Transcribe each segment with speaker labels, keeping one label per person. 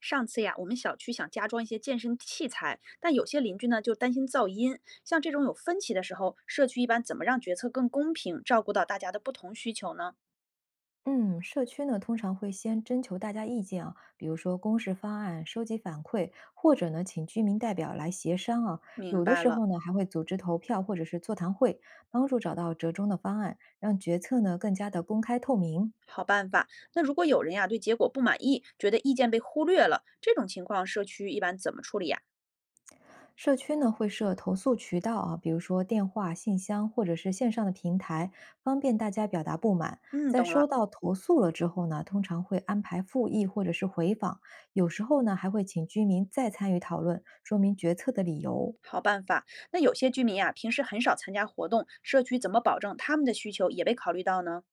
Speaker 1: 上次呀，我们小区想加装一些健身器材，但有些邻居呢就担心噪音。像这种有分歧的时候，社区一般怎么让决策更公平，照顾到大家的不同需求呢？
Speaker 2: 嗯，社区呢通常会先征求大家意见啊，比如说公示方案、收集反馈，或者呢请居民代表来协商啊。
Speaker 1: 明
Speaker 2: 有的
Speaker 1: 白
Speaker 2: 时
Speaker 1: 了，
Speaker 2: 候呢还会组织投票或者是座谈会，帮助找到折中的方案，让决策呢更加的公开透明。
Speaker 1: 好办法。那如果有人呀对结果不满意，觉得意见被忽略了，这种情况社区一般怎么处理呀？
Speaker 2: 社区呢会设投诉渠道啊，比如说电话、信箱或者是线上的平台，方便大家表达不满。
Speaker 1: 嗯，
Speaker 2: 在
Speaker 1: 懂
Speaker 2: 收
Speaker 1: 了。
Speaker 2: 到投诉了之后呢，通常会安排复议或者是回访，有时候呢还会请居民再参与讨论，说明决策的理由。
Speaker 1: 好办法。那有些居民呀，平时很少参加活动，社区怎么保证他们的需求也被考虑到呢？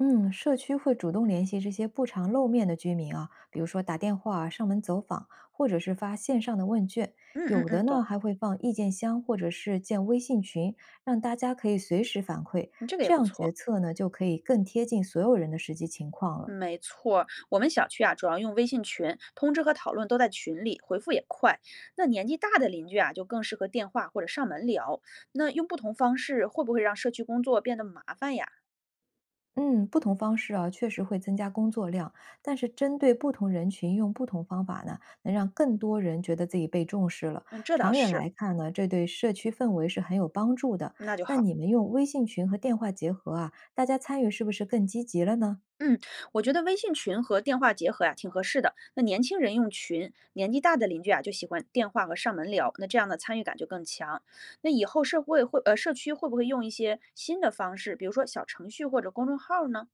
Speaker 2: 嗯，社区会主动联系这些不常露面的居民啊，比如说打电话啊、上门走访，或者是发线上的问卷。
Speaker 1: 嗯嗯
Speaker 2: 有的
Speaker 1: 嗯，懂。
Speaker 2: 呢还会放意见箱，或者是建微信群，让大家可以随时反馈。
Speaker 1: 你这个也
Speaker 2: 这
Speaker 1: 不
Speaker 2: 样决
Speaker 1: 错。
Speaker 2: 策呢就可以更贴近所有人的实际情况了。
Speaker 1: 没错儿我们小区啊，主要用微信群，通知和讨论都在群里，回复也快。那年纪大的邻居啊，就更适合电话或者上门聊。那用不同方式会不会让社区工作变得麻烦呀？
Speaker 2: 嗯，不同方式啊，确实会增加工作量，但是针对不同人群用不同方法呢，能让更多人觉得自己被重视了。
Speaker 1: 嗯，这倒
Speaker 2: 长远
Speaker 1: 是，
Speaker 2: 来看呢，这对社区氛围是很有帮助的。
Speaker 1: 那就
Speaker 2: 那
Speaker 1: 好。
Speaker 2: 你们用微信群和电话结合啊，大家参与是不是更积极了呢？
Speaker 1: 嗯，我觉得微信群和电话结合呀、挺合适的。那年轻人用群，年纪大的邻居啊就喜欢电话和上门聊，那这样的参与感就更强。那以后社会会社区会不会用一些新的方式，比如说小程序或者公众号呢？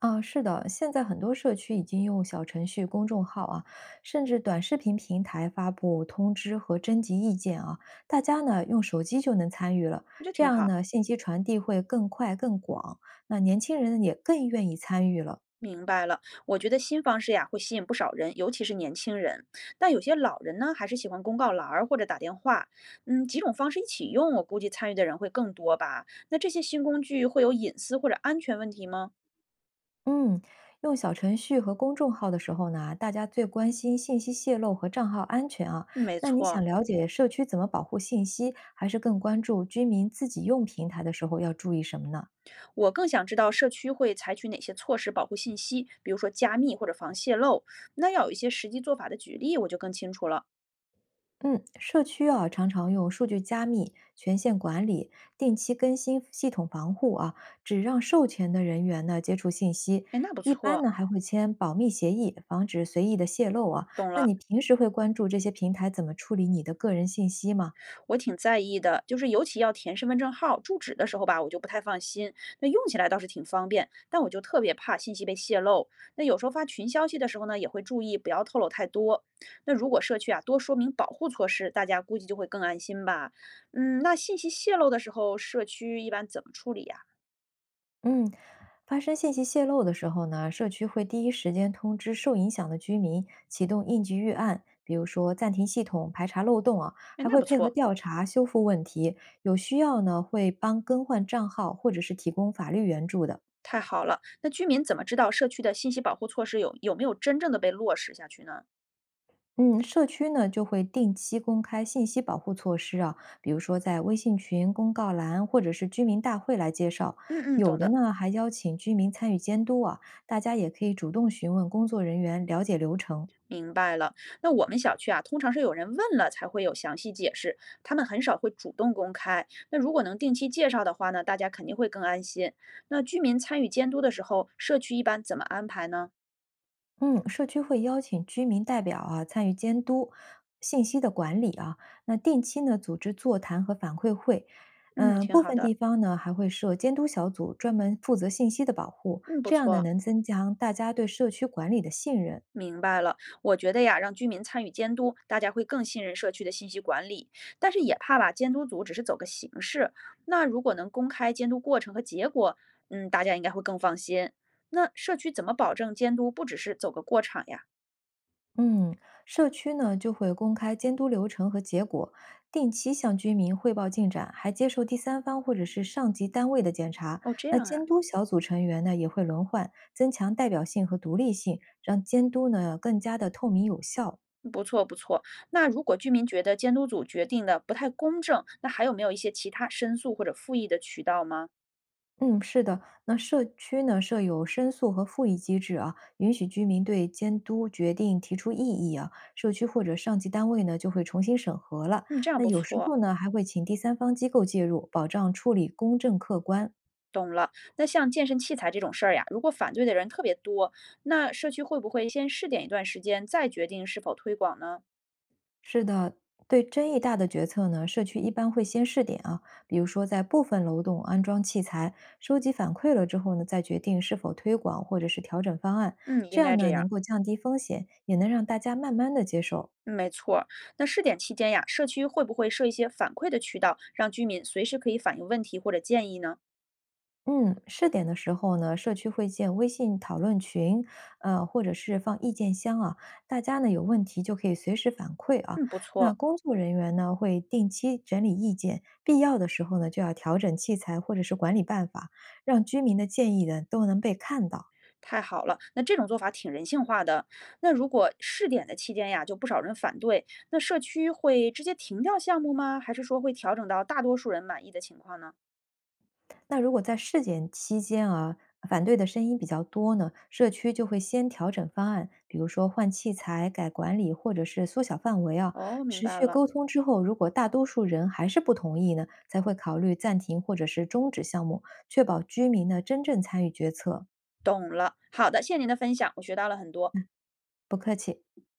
Speaker 2: 啊，是的，现在很多社区已经用小程序、公众号啊，甚至短视频平台发布通知和征集意见啊，大家呢用手机就能参与了，
Speaker 1: 这
Speaker 2: 这
Speaker 1: 挺
Speaker 2: 样
Speaker 1: 好。
Speaker 2: 呢信息传递会更快更广，那年轻人也更愿意参与了。
Speaker 1: 明白了，我觉得新方式呀会吸引不少人，尤其是年轻人。但有些老人呢，还是喜欢公告栏儿或者打电话。嗯，几种方式一起用，我估计参与的人会更多吧。那这些新工具会有隐私或者安全问题吗？
Speaker 2: 嗯，用小程序和公众号的时候呢，大家最关心信息泄露和账号安全啊。
Speaker 1: 嗯没
Speaker 2: 那你想
Speaker 1: 错，
Speaker 2: 了解社区怎么保护信息，还是更关注居民自己用平台的时候要注意什么呢？
Speaker 1: 我更想知道社区会采取哪些措施保护信息，比如说加密或者防泄露。那要有一些实际做法的举例，我就更清楚了。
Speaker 2: 嗯，社区啊，常常用数据加密、权限管理、定期更新系统防护啊，只让授权的人员呢接触信息。
Speaker 1: 哎，那不
Speaker 2: 一般
Speaker 1: 错，
Speaker 2: 呢还会签保密协议，防止随意的泄露啊。
Speaker 1: 懂
Speaker 2: 那
Speaker 1: 了。
Speaker 2: 你平时会关注这些平台怎么处理你的个人信息吗？
Speaker 1: 我挺在意的，就是尤其要填身份证号、住址的时候吧，我就不太放心。那用起来倒是挺方便，但我就特别怕信息被泄露。那有时候发群消息的时候呢，也会注意不要透露太多。那如果社区啊多说明保护措施，大家估计就会更安心吧。嗯，那信息泄露的时候，社区一般怎么处理呀、
Speaker 2: 嗯，发生信息泄露的时候呢，社区会第一时间通知受影响的居民，启动应急预案，比如说暂停系统、排查漏洞啊，
Speaker 1: 哎，
Speaker 2: 还
Speaker 1: 那
Speaker 2: 会
Speaker 1: 不
Speaker 2: 配合
Speaker 1: 错，
Speaker 2: 调查修复问题，有需要呢会帮更换账号或者是提供法律援助的。
Speaker 1: 太好了。那居民怎么知道社区的信息保护措施有没有真正的被落实下去呢？
Speaker 2: 嗯，社区呢就会定期公开信息保护措施啊，比如说在微信群、公告栏或者是居民大会来介绍，
Speaker 1: 嗯嗯，
Speaker 2: 有
Speaker 1: 懂
Speaker 2: 的
Speaker 1: 的。
Speaker 2: 呢还邀请居民参与监督啊，大家也可以主动询问工作人员了解流程。
Speaker 1: 明白了，那我们小区啊，通常是有人问了才会有详细解释，他们很少会主动公开。那如果能定期介绍的话呢，大家肯定会更安心。那居民参与监督的时候，社区一般怎么安排呢？
Speaker 2: 嗯，社区会邀请居民代表啊参与监督信息的管理啊，那定期呢组织座谈和反馈会，
Speaker 1: 嗯，
Speaker 2: 嗯，
Speaker 1: 挺
Speaker 2: 部
Speaker 1: 好
Speaker 2: 分
Speaker 1: 的，
Speaker 2: 地方呢还会设监督小组，专门负责信息的保护，
Speaker 1: 嗯，不
Speaker 2: 这样呢
Speaker 1: 错，
Speaker 2: 能增强大家对社区管理的信任。
Speaker 1: 明白了。我觉得呀，让居民参与监督，大家会更信任社区的信息管理，但是也怕吧，监督组只是走个形式。那如果能公开监督过程和结果，嗯，大家应该会更放心。那社区怎么保证监督不只是走个过场呀？
Speaker 2: 嗯，社区呢就会公开监督流程和结果，定期向居民汇报进展，还接受第三方或者是上级单位的检查。
Speaker 1: 哦，这
Speaker 2: 那
Speaker 1: 样啊，
Speaker 2: 监督小组成员呢也会轮换，增强代表性和独立性，让监督呢更加的透明有效。
Speaker 1: 不错不错。那如果居民觉得监督组决定的不太公正，那还有没有一些其他申诉或者复议的渠道吗？
Speaker 2: 嗯，是的，那社区呢设有申诉和复议机制啊，允许居民对监督决定提出异议啊，社区或者上级单位呢就会重新审核了。
Speaker 1: 嗯，这样
Speaker 2: 那
Speaker 1: 不
Speaker 2: 有时
Speaker 1: 错。
Speaker 2: 候呢还会请第三方机构介入，保障处理公正客观。
Speaker 1: 那像健身器材这种事儿呀，如果反对的人特别多，那社区会不会先试点一段时间，再决定是否推广呢？
Speaker 2: 是的，对争议大的决策呢，社区一般会先试点啊，比如说在部分楼栋安装器材，收集反馈了之后呢，再决定是否推广或者是调整方案，
Speaker 1: 嗯，应
Speaker 2: 这
Speaker 1: 该
Speaker 2: 样
Speaker 1: 这
Speaker 2: 呢
Speaker 1: 样。
Speaker 2: 能够降低风险，也能让大家慢慢的接受。
Speaker 1: 嗯没错儿，那试点期间呀，社区会不会设一些反馈的渠道，让居民随时可以反映问题或者建议呢？
Speaker 2: 嗯，试点的时候呢，社区会建微信讨论群，或者是放意见箱啊，大家呢有问题就可以随时反馈啊。
Speaker 1: 嗯，不
Speaker 2: 那
Speaker 1: 错。
Speaker 2: 工作人员呢会定期整理意见，必要的时候呢就要调整器材或者是管理办法，让居民的建议呢都能被看到。
Speaker 1: 太好了，那这种做法挺人性化的。那如果试点的期间呀，就不少人反对，那社区会直接停掉项目吗？还是说会调整到大多数人满意的情况呢？
Speaker 2: 那如果在试点期间啊，反对的声音比较多呢，社区就会先调整方案，比如说换器材、改管理，或者是缩小范围啊。
Speaker 1: 哦，明
Speaker 2: 持
Speaker 1: 白
Speaker 2: 续
Speaker 1: 了，
Speaker 2: 沟通之后，如果大多数人还是不同意呢，才会考虑暂停或者是终止项目，确保居民呢真正参与决策。
Speaker 1: 懂了。好的，谢谢您的分享，我学到了很多。
Speaker 2: 不客气。